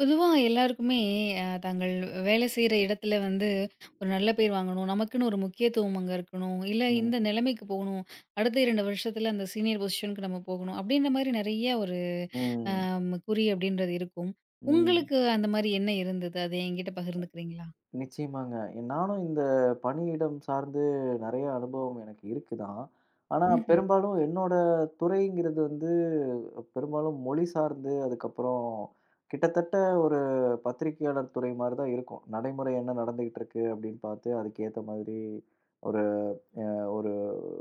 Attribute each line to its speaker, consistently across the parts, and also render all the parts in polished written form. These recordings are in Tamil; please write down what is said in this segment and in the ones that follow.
Speaker 1: பொதுவா எல்லாருக்குமே தாங்கள் வேலை செய்ற இடத்துல வந்து, ஒரு நல்ல பேர் வாங்கணும். நமக்குன்னு ஒரு முக்கியத்துவம் அங்க இருக்கணும். இல்ல
Speaker 2: ம்.
Speaker 1: இந்த நிலைமைக்கு போணும். அடுத்த 2 வருஷத்துல அந்த சீனியர் பொசிஷனுக்கு நம்ம போகணும். அப்படின்ற மாரி நெறைய ஒரு
Speaker 2: ம்.
Speaker 1: குறி அப்படின்றது இருக்கும்.
Speaker 2: ம்.
Speaker 1: உங்களுக்கு அந்த மாரி என்ன இருந்தது? அத என்கிட்ட பகிர்ந்துக்கிறீங்களா?
Speaker 2: நிச்சயமாங்க. நானும் இந்த பணியிடம் சார்ந்து நெறைய அனுபவம் எனக்கு இருக்கு தான். ஆனா
Speaker 1: ம்ஹ்ம்.
Speaker 2: பெரும்பாலும் என்னோட துறைங்கிறது வந்து பெரும்பாலும் மொழி சார்ந்து, அதுக்கப்புறம் கிட்டத்தட்ட ஒரு பத்திரிகையாளர் துறை மாரி தான் இருக்கும். நடைமுறை என்ன நடந்துகிட்டு இருக்கு அப்படின்னு பார்த்து, அதுக்கேத்த மாதிரி ஒரு ஒரு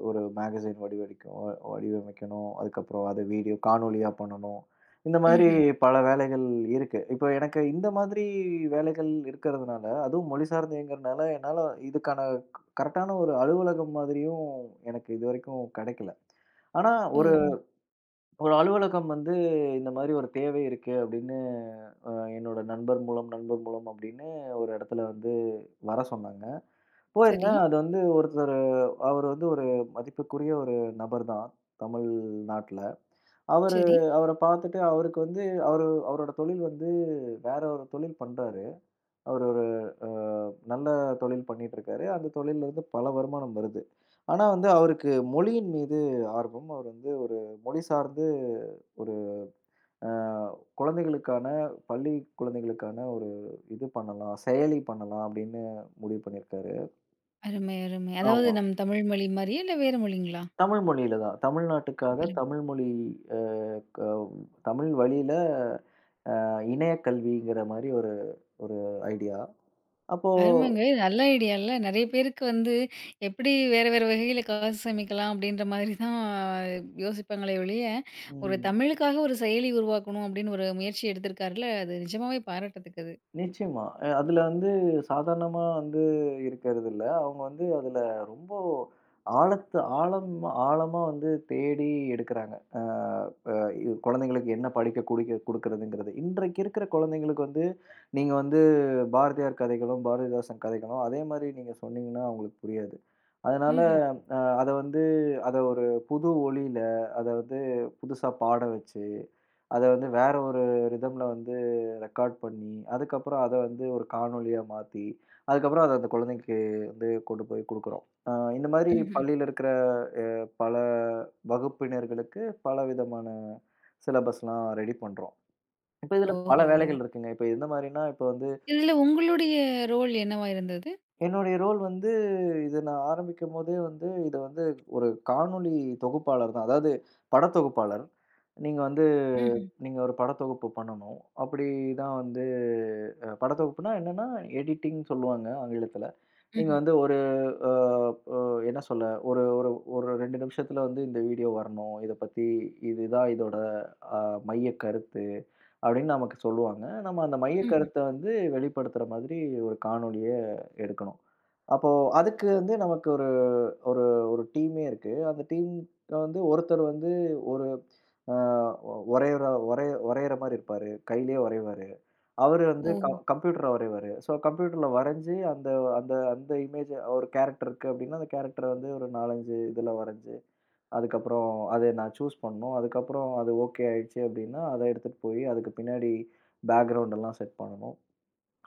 Speaker 2: ஒரு மேகஸின் வடிவடிக்கும் வடிவமைக்கணும், அதுக்கப்புறம் அதை வீடியோ காணொளியா பண்ணணும், இந்த மாதிரி
Speaker 1: ம்ஹ்ம்.
Speaker 2: பல வேலைகள் இருக்கு. இப்போ எனக்கு இந்த மாதிரி வேலைகள் இருக்கிறதுனால, அதுவும் மொழி சார்ந்தேங்கிறதுனால, என்னால் இதுக்கான கரெக்டான ஒரு அலுவலகம் மாதிரியும் எனக்கு இது வரைக்கும் கிடைக்கல. ஆனால் ஒரு
Speaker 1: ஓஹோ!
Speaker 2: ஒரு அலுவலகம் வந்து இந்த மாதிரி ஒரு தேவை இருக்கு அப்படின்னு, என்னோட நண்பர் மூலம் அப்படின்னு ஒரு இடத்துல வந்து வர சொன்னாங்க.
Speaker 1: சரி,
Speaker 2: போயிருந்தேன். அது வந்து ஒருத்தரு, அவரு வந்து ஒரு மதிப்புக்குரிய ஒரு நபர் தான், தமிழ்நாட்ல. அவரு,
Speaker 1: சரி.
Speaker 2: அவர பார்த்துட்டு அவருக்கு வந்து, அவரு அவரோட தொழில் வந்து வேற ஒரு தொழில் பண்றாரு. அவரு ஒரு அ நல்ல தொழில் பண்ணிட்டுருக்காரு. அந்த தொழில்லருந்து பல வருமானம் வருது. ஆனா வந்து அவருக்கு மொழியின் மீது ஆர்வம். அவர் வந்து ஒரு மொழி சார்ந்து ஒரு அ குழந்தைகளுக்கான பள்ளி, குழந்தைகளுக்கான ஒரு இது பண்ணலாம், செயலி பண்ணலாம் அப்படின்னு முடிவு பண்ணியிருக்காரு.
Speaker 1: அருமை, அருமை. அதாவது
Speaker 2: ஆமா.
Speaker 1: நம் தமிழ் மொழி மாரியா? இல்ல வேற மொழிங்களா?
Speaker 2: தமிழ் மொழியில தான். தமிழ்நாட்டுக்காக
Speaker 1: அருமை.
Speaker 2: தமிழ் மொழி, அ க தமிழ் வழியில இணைய கல்விங்கிற மாரி ஒரு ஒரு ஐடியா. அப்போ
Speaker 1: அருமைங்க. இது நல்ல ஐடியால்ல. நெறைய பேருக்கு வந்து எப்படி வேற வேற வகையில காசு சேமிக்கலாம் அப்படின்ற மாதிரி தான் யோசிப்பாங்களே ஒழிய, ஒரு
Speaker 2: ம்.
Speaker 1: தமிழுக்காக ஒரு செயலி உருவாக்கணும் அப்படின்னு ஒரு முயற்சி எடுத்திருக்காருல்ல, அது நிஜமாவே பாராட்டத்தக்கது.
Speaker 2: நிச்சயமா. அதுல வந்து சாதாரணமா வந்து இருக்கிறதில்ல. அவங்க வந்து அதுல ரொம்ப ஆழத்து ஆழம் ஆழமா வந்து தேடி எடுக்குறாங்க. அ அ இ குழந்தைங்களுக்கு என்ன படிக்க குடிக்க குடுக்குறதுங்கிறது. இன்றைக்கு இருக்கிற குழந்தைங்களுக்கு வந்து, நீங்க வந்து பாரதியார் கதைகளும், பாரதிதாசன் கதைகளும் அதே மாரி நீங்க சொன்னீங்கன்னா அவங்களுக்கு புரியாது. அதனால
Speaker 1: ம்ஹ்ம்.
Speaker 2: ம். அத வந்து அத ஒரு புது ஒளியில, அத வந்து புதுசா பாட வச்சு, அத வந்து வேற ஒரு ரிதம்ல வந்து ரெக்கார்ட் பண்ணி, அதுக்கப்புறம் அத வந்து ஒரு காணொளியா மாத்தி, அதுக்கப்புறம் அத அந்த குழந்தைக்கு வந்து கொண்டு போய் குடுக்குறோம். அ இந்த மாதிரி ம்.
Speaker 1: ம்ஹ்ம்.
Speaker 2: பள்ளியில இருக்கிற பல வகுப்பினர்களுக்கு பல விதமான சிலபஸ்லாம் ரெடி பண்றோம். இப்ப இதுல ம். பல
Speaker 1: ஓஹோ!
Speaker 2: வேலைகள் இருக்குங்க. இப்ப எந்த மாரின்னா, இப்ப வந்து
Speaker 1: இதில உங்களுடைய ரோல் என்னவா இருந்தது?
Speaker 2: என்னுடைய ரோல் வந்து இத நான் ஆரம்பிக்கும்போதே வந்து இத வந்து ஒரு காணொளி தொகுப்பாளர் தான். அதாவது படத்தொகுப்பாளர். நீங்க வந்து
Speaker 1: ம்ஹ்ம்.
Speaker 2: நீங்க ஒரு படத்தொகுப்பு பண்ணணும். அப்படிதான் வந்து படத்தொகுப்புனா என்னன்னா, எடிட்டிங் சொல்லுவாங்க ஆங்கிலத்துல. நீங்க
Speaker 1: ம்ஹ்ம்.
Speaker 2: வந்து ஒரு அ அ என்ன சொல்ல, ஒரு ஒரு ஒரு 2 நிமிஷத்துல வந்து இந்த வீடியோ வரணும். இத பத்தி இதுதான் இதோட அ மையக் கருத்து அப்படின்னு நமக்கு சொல்லுவாங்க. நம்ம அந்த மையக் ம்.
Speaker 1: ம்ஹ்ம்.
Speaker 2: கருத்த வந்து வெளிப்படுத்துற மாதிரி ஒரு காணொளிய எடுக்கணும். அப்போ அதுக்கு வந்து நமக்கு ஒரு ஒரு ஒரு டீமே இருக்கு. அந்த டீம் வந்து ஒருத்தர் வந்து ஒரு ஆ வரையிற வரையிற மாரி இருப்பாரு. கையிலேயே வரைவாரு. அவரு வந்து
Speaker 1: ஓ!
Speaker 2: கம்ப்யூட்டர்ல வரைவாரு. ஸோ கம்ப்யூட்டர்ல வரைஞ்சு அந்த அந்த அந்த இமேஜ, ஒரு கேரக்டர் இருக்கு அப்டின்னா, அந்த கேரக்டர வந்து ஒரு 4, 5 இதுல வரைஞ்சு, அதுக்கப்புறம் அத நான் சூஸ் பண்ணணும். அதுக்கப்புறம் அது ஓகே ஆயிடுச்சு அப்டின்னா, அத எடுத்துட்டு போய் அதுக்கு பின்னாடி பேக்கிரவுண்ட் எல்லாம் செட் பண்ணணும்.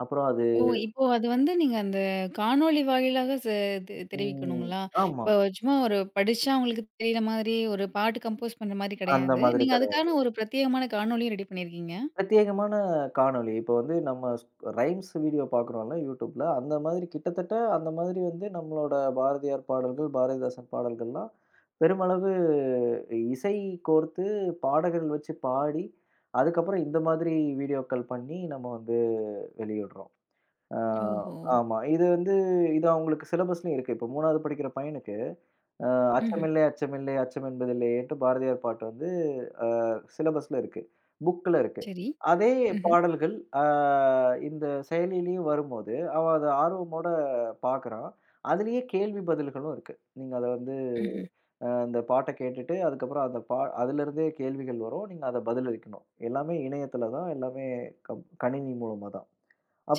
Speaker 2: அப்புறம் அது
Speaker 1: ஓ! இப்போ அது வந்து நீங்க அந்த காணொளி வாயிலாக ச தெ
Speaker 2: ம்.
Speaker 1: தெரிவிக்கணுங்களா?
Speaker 2: ஆமா.
Speaker 1: இப்போ சும்மா ஒரு படிச்சா உங்களுக்கு தெரியிற மாதிரி, ஒரு பாட்டு கம்போஸ் பண்ற மாரி
Speaker 2: அந்த
Speaker 1: கிடையாது.
Speaker 2: மாதிரி
Speaker 1: நீங்க
Speaker 2: கிடையாது.
Speaker 1: அதுக்கான ஒரு பிரத்யேகமான காணொளியும் ரெடி பண்ணியிருக்கீங்க.
Speaker 2: பிரத்யேகமான காணொளி. இப்போ வந்து நம்ம ரைம்ஸ் வீடியோ பார்க்குறோம்ல யூடியூப்ல. அந்த மாதிரி கிட்டத்தட்ட அந்த மாதிரி வந்து நம்மளோட பாரதியார் பாடல்கள், பாரதிதாசன் பாடல்கள்லாம் பெருமளவு இசை கோர்த்து பாடகர்கள் வச்சு பாடி, அதுக்கப்புறம் இந்த மாதிரி வீடியோக்கள் பண்ணி நம்ம வந்து வெளியிடுறோம். ஆ
Speaker 1: ஓஹோ!
Speaker 2: ஆமா. இது வந்து இது அவங்களுக்கு சிலபஸ்லயும் இருக்கு. இப்போ 3வது படிக்கிற பையனுக்கு அ
Speaker 1: ம்ஹ்ம்.
Speaker 2: "அச்சமில்லை, அச்சமில்லை, அச்சம் என்பதில்லையேன்ட்டு" பாரதியார் பாட்டு வந்து அ சிலபஸ்ல இருக்கு. புக்ல இருக்கு.
Speaker 1: சரி.
Speaker 2: அதே
Speaker 1: ம்ஹ்ம்.
Speaker 2: பாடல்கள் அ இந்த செயலிலயும் வரும்போது, அவன் அத ஆர்வமோட பார்க்குறான். அதிலேயே கேள்வி பதில்களும் இருக்கு. நீங்க அத வந்து
Speaker 1: ம்ஹ்ம்.
Speaker 2: அந்த பாட்ட கேட்டுட்டு, அதுக்கப்புறம் அந்த பா அதிலிருந்தே கேள்விகள் வரும். நீங்க அத பதிலளிக்கணும். எல்லாமே இணையத்தில தான். எல்லாமே கணினி மூலமா தான்.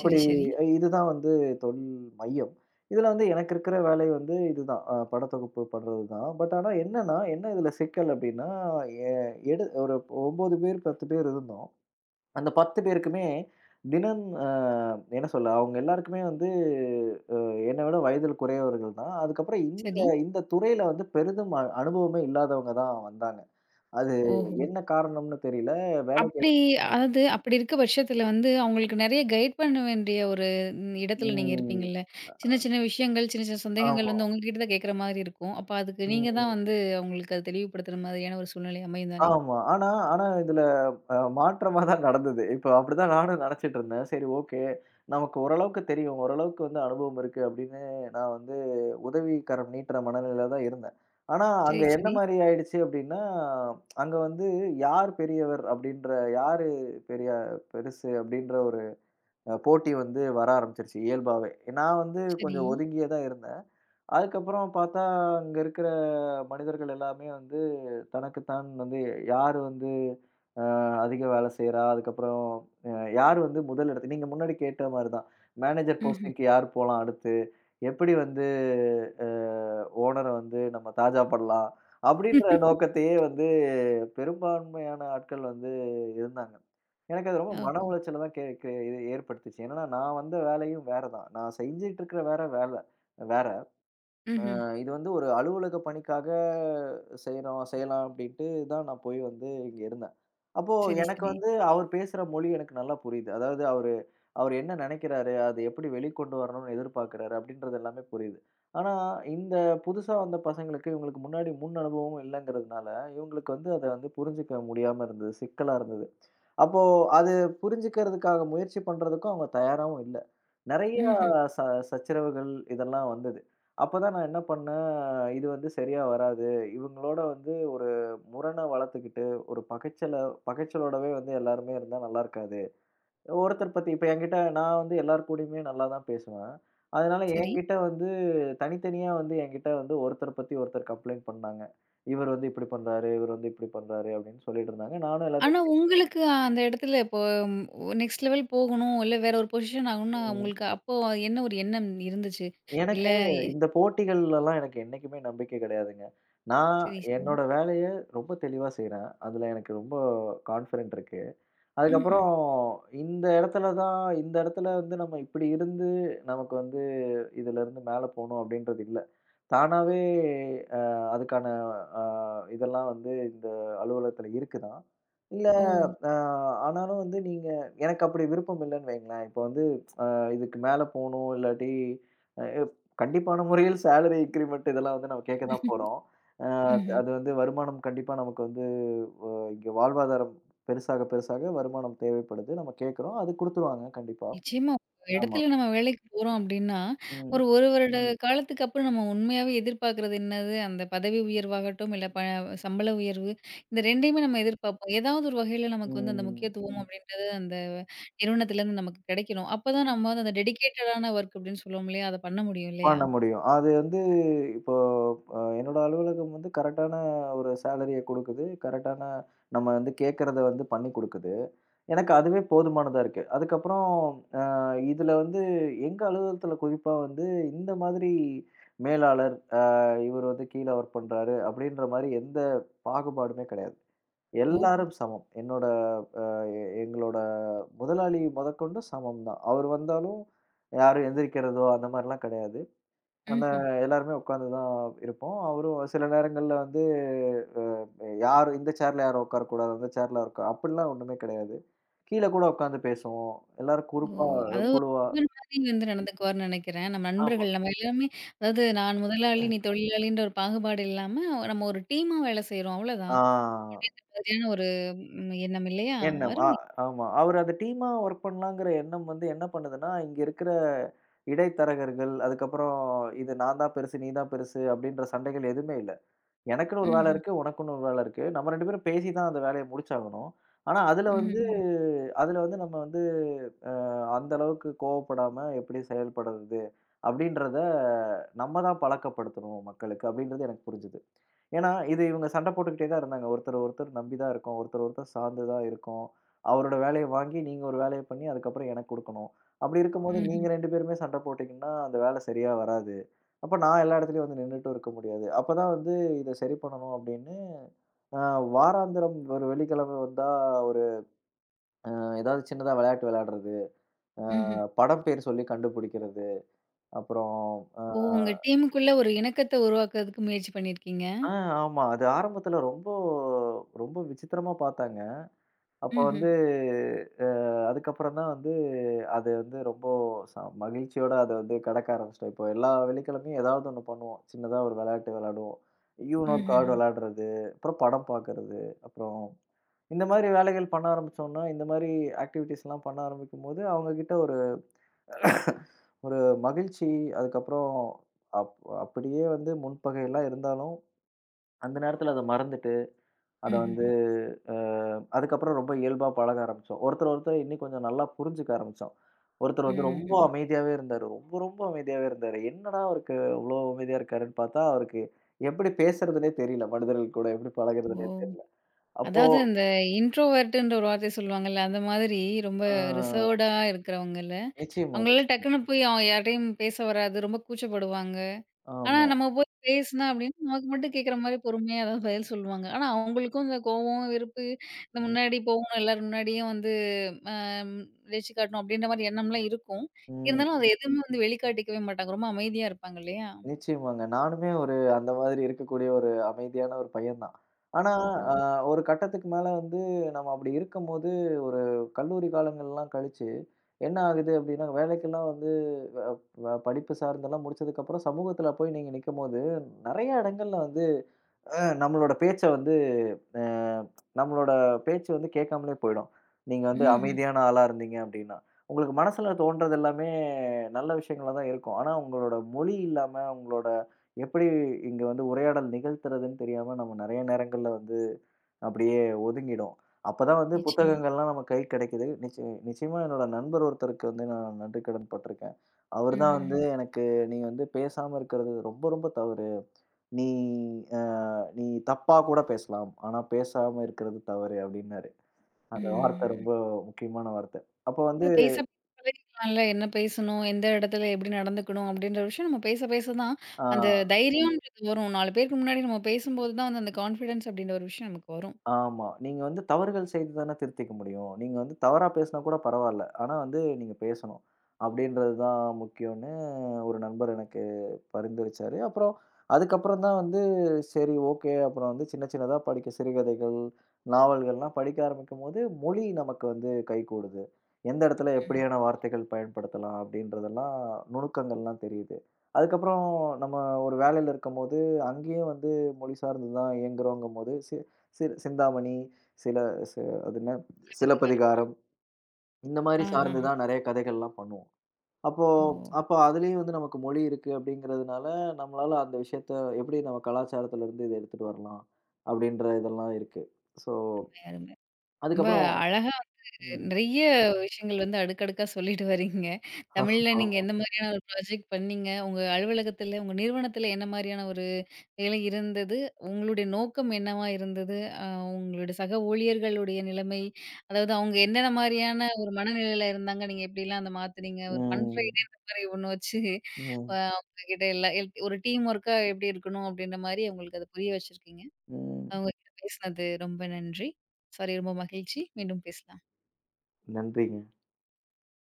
Speaker 1: சரி, சரி.
Speaker 2: இதுதான் வந்து தொழில் மையம். இதுல வந்து எனக்கு இருக்கிற வேலை வந்து இதுதான். படத்தொகுப்பு பண்றது தான். ஆனா என்னன்னா, என்ன இதுல சிக்கல் அப்டின்னா, எ எடு ஒரு 9 பேர், 10 பேர் இருந்தோம். அந்த 10 பேருக்குமே தினம் என்ன சொல்ல, அவங்க எல்லாருக்குமே வந்து அ என்ன விட வயதில் குறையவர்கள் தான். அதுக்கப்புறம் இந்த
Speaker 1: சரி.
Speaker 2: இந்த துறையில வந்து பெரிதும் அனுபவமே இல்லாதவங்க தான் வந்தாங்க. அது
Speaker 1: ஓஹோ!
Speaker 2: என்ன காரணம்னு தெரியல. வேலைக்கு
Speaker 1: அப்படி அதாவது அப்படி இருக்க பட்சத்தில வந்து, அவங்களுக்கு நெறைய கைட் பண்ண வேண்டிய ஒரு ம் இடத்துல நீங்க
Speaker 2: ம்.
Speaker 1: இருப்பீங்கல்ல. சின்ன சின்ன விஷயங்கள், சின்ன சின்ன சந்தேகங்கள்
Speaker 2: ஆமா.
Speaker 1: வந்து உங்ககிட்ட தான் கேட்குற மாரி இருக்கும். அப்ப அதுக்கு நீங்க தான்
Speaker 2: ம்.
Speaker 1: வந்து அவங்களுக்கு அத தெளிவுபடுத்துற மாதிரியான ஒரு சூழ்நிலை அமையும் தானே?
Speaker 2: ஆமா. ஆனா ஆனா இதுல மாற்றமா தான் நடந்தது. இப்ப அப்படிதான் நானும் நெனச்சுட்டு இருந்தேன். சரி, ஓகே. நமக்கு ஓரளவுக்கு தெரியும். ஓரளவுக்கு வந்து அனுபவம் இருக்கு அப்படின்னு நான் வந்து உதவிக்கரம் நீட்டுற மனநிலையில தான் இருந்தேன். ஆனா அங்க
Speaker 1: சரி,
Speaker 2: என்ன
Speaker 1: சரி,
Speaker 2: மாரி ஆயிடுச்சு அப்படின்னா, அங்க வந்து யார் பெரியவர் அப்படின்ற, யாரு பெரிய பெருசு அப்படின்ற ஒரு போட்டி வந்து வர ஆரம்பிச்சுருச்சு இயல்பாவே. நான் வந்து
Speaker 1: சரி.
Speaker 2: கொஞ்சம் ஒதுங்கியே தான் இருந்தேன். அதுக்கப்புறம் பாத்தா, அங்க இருக்கிற மனிதர்கள் எல்லாமே வந்து தனக்கு தான் வந்து யாரு வந்து அதிக வேலை செய்றா. அதுக்கப்புறம் அ யார் வந்து முதல் இடத்துக்கு, நீங்க முன்னாடி கேட்ட மாரி தான், மேனேஜர்
Speaker 1: ம்ஹ்ம்.
Speaker 2: போஸ்டிங்க்கு யார் போலாம் அடுத்து? எப்படி வந்து அ ஓனர வந்து நம்ம தாஜா படலாம்? அப்படின்ற நோக்கத்தையே வந்து பெரும்பான்மையான ஆட்கள் வந்து இருந்தாங்க. எனக்கு அது ரொம்ப மன
Speaker 1: ஓஹோ!
Speaker 2: உளைச்சல தான் கே கே இது ஏற்படுத்துச்சு. என்னன்னா நான் வந்த வேலையும் வேற தான். நான் செஞ்சுட்டு இருக்கிற வேற வேலை வேற.
Speaker 1: ம்ஹ்ம்.
Speaker 2: இது வந்து ஒரு அலுவலக பணிக்காக செய்றோம் செய்யலாம் அப்படின்ட்டு தான் நான் போய் வந்து இங்க இருந்தேன். அப்போ
Speaker 1: சரி,
Speaker 2: எனக்கு
Speaker 1: சரி.
Speaker 2: வந்து அவர் பேசுற மொழி எனக்கு நல்லா புரியுது. அதாவது அவர் அவர் என்ன நினைக்கிறாரு? அது எப்படி வெளிக்கொண்டு வரணும்னு எதிர்பார்க்கிறாரு? அப்படின்றது எல்லாமே புரியுது. ஆனா, இந்த புதுசா வந்த பசங்களுக்கு, இவங்களுக்கு முன்னாடி முன் அனுபவமும் இல்லங்கிறதுனால, இவங்களுக்கு வந்து அத வந்து புரிஞ்சுக்க முடியாம இருந்தது. சிக்கலா இருந்தது. அப்போ அது புரிஞ்சுக்கிறதுக்காக முயற்சி பண்றதுக்கும் அவங்க தயாராவும் இல்ல. நெறைய
Speaker 1: ம்ஹ்ம்.
Speaker 2: ச சச்சரவுகள் இதெல்லாம் வந்தது. அப்பதான் நான் என்ன பண்ணேன், இது வந்து சரியா வராது. இவங்களோட வந்து ஒரு முரண வளர்த்துக்கிட்டு, ஒரு பகைச்சல, பகைச்சலோடவே வந்து எல்லாருமே இருந்தா நல்லா இருக்காது. ஒருத்தர் பத்தி இப்ப என்கிட்ட நான் வந்து எல்லார் கூடயுமே நல்லா தான் பேசுவேன். அதனால
Speaker 1: சரி.
Speaker 2: என்கிட்ட வந்து தனித்தனியா வந்து என்கிட்ட வந்து ஒருத்தர பத்தி ஒருத்தர் கம்ப்ளைண்ட் பண்ணாங்க. இவர் வந்து இப்படி பண்றாரு, இவர் வந்து இப்படி பண்றாரு அப்படின்னு சொல்லிட்டு இருந்தாங்க. நானும்
Speaker 1: ஆனா
Speaker 2: எல்லாத்தையும் கேட்டுட்டு,
Speaker 1: உங்களுக்கு அந்த இடத்துல இப்போ ஒ நெக்ஸ்ட் லெவல் போகணும், இல்ல வேற ஒரு பொசிஷன் ஆகணும்னா, உங்களுக்கு அப்போ என்ன ஒரு எண்ணம் இருந்துச்சு? இல்ல
Speaker 2: எனக்கு
Speaker 1: எ
Speaker 2: இந்த போட்டிகள்லலாம் எனக்கு என்னைக்குமே நம்பிக்கை கிடையாதுங்க. நான்
Speaker 1: சரி, சரி.
Speaker 2: என்னோட வேலைய ரொம்ப தெளிவா செய்றேன். அதுல எனக்கு ரொம்ப கான்ஃபிடென்ட் இருக்கு.
Speaker 1: ம்ஹ்ம்.
Speaker 2: அதுக்கப்புறம் இந்த இடத்துல வந்து நம்ம இப்படி இருந்து, நமக்கு வந்து இதுலருந்து மேல போணும் அப்படின்றது இல்ல. தானாவே அ அதுக்கான அ இதெல்லாம் வந்து இந்த அலுவலகத்துல இருக்குதான். இல்ல
Speaker 1: ஓ!
Speaker 2: அ ஆனாலும் வந்து நீங்க எனக்கு அப்படி விருப்பம் இல்லன்னு வைங்களேன். இப்போ வந்து இதுக்கு மேல போணும். இல்லாட்டி அ கண்டிப்பான முறையில் சேலரி இன்கிரிமென்ட் இதெல்லாம் வந்து நம்ம கேட்க தான் போறோம். அ ம்.
Speaker 1: ம்ஹ்ம்.
Speaker 2: அது வந்து வருமானம் கண்டிப்பா நமக்கு வந்து அ இங்க வாழ்வாதாரம் பெருசாக, பெருசாக வருமானம் தேவைப்படுது. நம்ம கேட்கிறோம். அது குடுத்துருவாங்க கண்டிப்பா.
Speaker 1: நிச்சயமா. ஒரு
Speaker 2: ஆமா.
Speaker 1: இடத்துல நம்ம வேலைக்கு போறோம் அப்படின்னா,
Speaker 2: ம்.
Speaker 1: ஒரு 1 வருட காலத்துக்கு அப்புறம் நம்ம உண்மையாவே எதிர்பார்க்கிறது என்னது? அந்த பதவி உயர்வாகட்டும், இல்ல சம்பள உயர்வு. இந்த 2யுமே நம்ம எதிர்பார்ப்போம். ஏதாவது ஒரு வகையில நமக்கு வந்து அந்த
Speaker 2: ம்.
Speaker 1: முக்கியத்துவம் அப்படின்றது அந்த நிறுவனத்துலேருந்து நமக்கு கிடைக்கணும். அப்பதான் நம்ம வந்து அந்த டெடிகேட்டடான வொர்க் அப்படின்னு சொல்லுவோம் இல்லையா? அத பண்ண முடியும் இல்லையா?
Speaker 2: பண்ண முடியும். அது வந்து இப்போ என்னோட அலுவலகம் வந்து கரெக்ட்டான ஒரு சேலரிய குடுக்குது. கரெக்ட்டான நம்ம வந்து கேட்கிறத வந்து பண்ணி குடுக்குது. எனக்கு அதுவே போதுமானதா இருக்கு. அதுக்கப்புறம் அ இதுல வந்து எங்க அலுவலகத்துல குறிப்பா வந்து இந்த மாதிரி மேலாளர், இவர் வந்து கீழ ஒர்க் பண்றாரு அப்படின்ற மாரி எந்த பாகுபாடுமே கிடையாது.
Speaker 1: ஓஹோ!
Speaker 2: எல்லாரும் சமம். என்னோட அ எ எங்களோட முதலாளி முதற்கொண்டு சமம் தான். அவர் வந்தாலும் யாரும் எந்திரிக்கிறதோ அந்த மாரிலாம் கிடையாது. அந்த
Speaker 1: ம்ஹ்ம்.
Speaker 2: எல்லாருமே உட்கார்ந்து தான் இருப்போம். அவரும் சில நேரங்கள்ல வந்து யாரு இந்த சேர்ல யாரும் உட்காரக்கூடாது, அந்த சேர்ல உட்கா அப்படிலாம் ஒண்ணுமே கிடையாது. கீழ கூட உட்கார்ந்து பேசுவோம். எல்லாரும்
Speaker 1: ஓ!
Speaker 2: குரூப்பா,
Speaker 1: அதாவது ஒரு
Speaker 2: குழுவா.
Speaker 1: நண்பர் மாரி வந்து நடந்துக்குவார்ன்னு நெனைக்கிறேன். நம்ம
Speaker 2: ஆமா.
Speaker 1: நண்பர்கள் நம்ம எல்லாமே அதாவது நான் முதலாளி, நீ தொழிலாளின்ற ஒரு பாகுபாடு இல்லாம, நம்ம ஒரு டீமா வேலை செய்றோம் அவ்வளோதான்.
Speaker 2: ஆ
Speaker 1: சரியான ஒரு ம் எண்ணம் இல்லையா?
Speaker 2: எண்ணம்.
Speaker 1: அருமை.
Speaker 2: ஆமா. அவரு அந்த டீமா ஒர்க் பண்ணலாங்கிற எண்ணம் வந்து என்ன பண்ணுதுன்னா, இங்க இருக்கிற இடைத்தரகர்கள், அதுக்கப்புறம் இது நான் தான் பெருசு, நீ தான் பெருசு அப்படின்ற சண்டைகள் எதுவுமே இல்ல. எனக்குன்னு ஒரு வேலை
Speaker 1: ம்ஹ்ம்.
Speaker 2: இருக்கு. உனக்குன்னு ஒரு வேலை இருக்கு. நம்ம 2 பேரும் பேசி தான் அந்த வேலைய முடிச்சாகணும். ஆனா, அதுல வந்து
Speaker 1: ம்ஹ்ம்.
Speaker 2: அதுல வந்து நம்ம வந்து அ அந்த அளவுக்கு கோவப்படாம எப்படி செயல்படுறது? அப்படின்றத நம்ம தான் பழக்கப்படுத்தணும் மக்களுக்கு அப்படின்றது எனக்கு புரிஞ்சுது. ஏன்னா, இது இவங்க சண்டை போட்டுக்கிட்டே தான் இருந்தாங்க. ஒருத்தர் ஒருத்தர் நம்பி தான் இருக்கோம். ஒருத்தர் ஒருத்தர் சார்ந்து தான் இருக்கோம். அவரோட வேலைய வாங்கி, நீங்க ஒரு வேலைய பண்ணி, அதுக்கப்புறம் எனக்கு குடுக்கணும். அப்படி இருக்கும்போது,
Speaker 1: ம்ஹ்ம்.
Speaker 2: நீங்க 2 பேருமே சண்டை போட்டீங்கன்னா, அந்த வேலை சரியா வராது. அப்ப நான் எல்லா இடத்துலயும் வந்து நின்னுட்டும் இருக்க முடியாது. அப்பதான் வந்து இத சரி பண்ணணும் அப்படின்னு, அ வாராந்திரம் ஒரு வெள்ளிக்கிழமை வந்தா ஒரு ஏதாவது சின்னதா விளையாட்டு விளையாடுறது, அ
Speaker 1: ம்ஹ்ம்.
Speaker 2: படம் பேர் சொல்லி கண்டுபிடிக்கிறது, அப்புறம் அ
Speaker 1: ஓ! உங்க டீமுக்குள்ள ஒரு இணக்கத்த உருவாக்குறதுக்கு முயற்சி பண்ணியிருக்கீங்க.
Speaker 2: ஆ ஆமா. அது ஆரம்பத்துல ரொம்ப ரொம்ப விசித்திரமா பார்த்தாங்க. அப்ப
Speaker 1: ம்ஹ்ம்.
Speaker 2: வந்து அ அதுக்கப்புறம் தான் வந்து அது வந்து ரொம்ப மகிழ்ச்சியோட அத வந்து கடக்க ஆரம்பிச்சுட்டோம். இப்போ எல்லா வெள்ளிக்கிழமையும் ஏதாவது ஒண்ணு பண்ணுவோம். சின்னதா ஒரு விளையாட்டு விளையாடுவோம். யூனோ கார்டு
Speaker 1: ம்ஹ்ஹ்ம்.
Speaker 2: விளையாடுறது, அப்புறம் படம் பார்க்கறது, அப்புறம் இந்த மாரி வேலைகள் பண்ண ஆரம்பிச்சோம்னா, இந்த மாரி ஆக்டிவிட்டீஸ்லாம் பண்ண ஆரம்பிக்கும்போது, அவங்க கிட்ட ஒரு ஒரு மகிழ்ச்சி, அதுக்கப்புறம் அப் அப்படியே வந்து முன்பகைலாம் இருந்தாலும், அந்த நேரத்தில அத மறந்துட்டு அத வந்து
Speaker 1: ம்ஹ்ஹ்ம்.
Speaker 2: அ அதுக்கப்புறம் ரொம்ப இயல்பா பழக ஆரம்பிச்சோம். ஒருத்தர், ஒருத்தர் இன்னும் கொஞ்சம் நல்லா புரிஞ்சுக்க ஆரம்பிச்சோம். ஒருத்தர் வந்து ரொம்ப
Speaker 1: ம்ஹ்ம்.
Speaker 2: அமைதியாவே இருந்தாரு. ரொம்ப, ரொம்ப அமைதியாவே இருந்தாரு. என்னடா அவருக்கு இவ்ளோ அமைதியா இருக்காருன்னு பார்த்தா, அவருக்கு எப்படி பேசுறதுன்னே தெரியல. மனிதர்கள் கூட எப்படி பழகுறதுன்னே
Speaker 1: ஓ!
Speaker 2: தெரியல. அப்போ
Speaker 1: அதாவது அந்த இன்ட்ரோவர்ட்டுன்ற ஒரு வார்த்தைய சொல்லுவாங்கல்ல, அந்த மாதிரி ரொம்ப
Speaker 2: ஆ
Speaker 1: ரிசர்வ்டா இருக்கிறவங்கல்ல?
Speaker 2: நிச்சயமா,
Speaker 1: அவங்களால
Speaker 2: நிச்சயமா.
Speaker 1: டக்குன்னு போய் அவங்க யார்ட்டயும் பேச வராது. ரொம்ப கூச்சப்படுவாங்க. ஆனா
Speaker 2: ஆமா.
Speaker 1: நம்ம போய் பேசினா அப்டின்னா, நமக்கு மட்டும் கேட்குற மாரி பொறுமையா ஏதாவது பதில் சொல்லுவாங்க. ஆனா அவங்களுக்கும் இந்த கோவம், வெறுப்பு இந்த முன்னாடி போகணும் எல்லார் முன்னாடியும் வந்து அ ஜெயிச்சு காட்டணும் அப்டின்ற மாரி எண்ணம்லாம் இருக்கும்.
Speaker 2: ம்.
Speaker 1: இருந்தாலும் அத எதுவுமே வந்து வெளிக்காட்டிக்கவே மாட்டாங்க. ரொம்ப அமைதியா இருப்பாங்க இல்லையா?
Speaker 2: நிச்சயமாங்க. நானுமே ஒரு அந்த மாதிரி இருக்கக்கூடிய ஒரு அமைதியான ஒரு பையன் தான். ஆனா,
Speaker 1: ஓஹோ!
Speaker 2: அ ஒரு கட்டத்துக்கு மேல வந்து நம்ம அப்படி இருக்கும்போது, ஒரு கல்லூரி காலங்கள்லாம் கழிச்சு, என்ன ஆகுது அப்படின்னா, வேலைக்கெல்லாம் வந்து அ வ படிப்பு சார்ந்தெல்லாம் முடிச்சதுக்கப்புறம் சமூகத்துல போய் நீங்க நிக்கும்போது, நெறைய இடங்கள்ல வந்து அ நம்மளோட பேச்ச வந்து அ நம்மளோட பேச்சு வந்து கேட்காமலே போயிடும். நீங்க வந்து ம்.
Speaker 1: ம்ஹ்ம்.
Speaker 2: அமைதியான ஆளா இருந்தீங்க அப்டின்னா. உங்களுக்கு மனசுல தோன்றது எல்லாமே நல்ல விஷயங்களா தான் இருக்கும். ஆனா உங்களோட மொழி இல்லாம, உங்களோட எப்படி இங்க வந்து உரையாடல் நிகழ்த்துறதுன்னு தெரியாம நம்ம நெறைய நேரங்கள்ல வந்து அப்படியே ஒதுங்கிடும். அப்பதான் வந்து
Speaker 1: நிச்சயமா.
Speaker 2: புத்தகங்கள்லாம் நம்ம கைக்கு கிடைக்குது. நிச்சயமா என்னோட நண்பர் ஒருத்தருக்கு வந்து நான் நன்றிக்கடன் பட்டுருக்கேன். அவரு தான் வந்து
Speaker 1: ம்ஹ்ஹ்ம்.
Speaker 2: எனக்கு, நீ வந்து பேசாம இருக்கிறது ரொம்ப ரொம்ப தவறு. நீ அ நீ தப்பா கூட பேசலாம். ஆனா பேசாம இருக்கிறது தவறு அப்டின்னாரு. அந்த வார்த்தை
Speaker 1: ம்ஹ்ஹ்ம்.
Speaker 2: ரொம்ப முக்கியமான வார்த்தை. அப்ப வந்து
Speaker 1: அது பேச பேச பழகிக்கலாம்ல. என்ன பேசணும்? எந்த இடத்துல எப்படி நடந்துக்கணும்? அப்படின்ற விஷயம் நம்ம பேச பேச தான்
Speaker 2: ஆ.
Speaker 1: அந்த ம். தைரியம்ன்றது வரும். 4 பேருக்கு முன்னாடி நம்ம பேசும்போது தான் வந்து அந்த கான்ஃபிடன்ஸ் அப்படின்ற ஒரு விஷயம் நமக்கு வரும்.
Speaker 2: ஆமா. நீங்க வந்து தவறுகள் செய்து தானே திருத்திக்க முடியும். நீங்க வந்து தவறா பேசினா கூட பரவால்ல. ஆனா வந்து நீங்க பேசணும். அப்படின்றது தான் முக்கியம்ன்னு ஒரு நண்பர் எனக்கு பரிந்துரைச்சாரு. அப்புறம் அதுக்கப்புறம் தான் வந்து சரி, ஓகே. அப்புறம் வந்து சின்ன சின்னதா படிக்க சிறுகதைகள், நாவல்கள்லாம் படிக்க ஆரம்பிக்கும்போது மொழி நமக்கு வந்து கைகூடுது. எந்த இடத்துல எப்படியான வார்த்தைகள் பயன்படுத்தலாம் அப்படின்றதெல்லாம் நுணுக்கங்கள்லாம் தெரியுது. அதுக்கப்புறம் நம்ம ஒரு வேலையில இருக்கும்போது, அங்கேயும் வந்து மொழி சார்ந்து தான் இயங்குறோங்கும்போது, சிறு சிந்தாமணி, சில சி அது என்ன, சிலப்பதிகாரம், இந்த மாரி
Speaker 1: ஆஹா!
Speaker 2: சார்ந்து தான் நெறைய கதைகள்லாம் பண்ணுவோம். அப்போ
Speaker 1: ஓ!
Speaker 2: அப்போ அதுலயும் வந்து நமக்கு மொழி இருக்கு அப்படிங்கிறதுனால, நம்மளால அந்த விஷயத்த எப்படி நம்ம கலாச்சாரத்திலருந்து இத எடுத்துட்டு வரலாம் அப்படின்ற இதெல்லாம் இருக்கு. ஸோ
Speaker 1: அருமை, அருமை. ரொம்ப
Speaker 2: அதுக்கப்புறம்
Speaker 1: அழகா
Speaker 2: ம்.
Speaker 1: நெறைய விஷயங்கள் வந்து அடுக்கடுக்கா சொல்லிட்டு வரீங்க. தமிழ்ல நீங்க
Speaker 2: ஆமா.
Speaker 1: எந்த மாதிரியான ஒரு ப்ராஜெக்ட் பண்ணீங்க? உங்க அலுவலகத்தில, உங்க நிறுவனத்தில என்ன மாரியான ஒரு வேலை இருந்தது. உங்களுடைய நோக்கம் என்னவா இருந்தது? உங்களுடைய சக ஊழியர்களுடைய நிலைமை, அதாவது அவங்க என்னென்ன
Speaker 2: ஆமா.
Speaker 1: மாரியான ஒரு மனநிலையில இருந்தாங்க? நீங்க எப்படிலாம் அத மாத்துனீங்க? ஒரு ஃபன்
Speaker 2: ம்.
Speaker 1: ஃப்ரைடேன்ற மாரி ஒண்ணு வச்சு
Speaker 2: ம்.
Speaker 1: அவங்க கிட்ட எல்லா எல்த் ஒரு டீம் ஒர்க்கா எப்படி இருக்கணும்? அப்படின்ற மாரி அவங்களுக்கு அத புரிய வச்சிருக்கீங்க.
Speaker 2: ம்.
Speaker 1: அவங்க கிட்ட பேசினது ரொம்ப நன்றி. சாரி ரொம்ப மகிழ்ச்சி. மீண்டும் பேசலாம்.
Speaker 2: நன்றிங்க.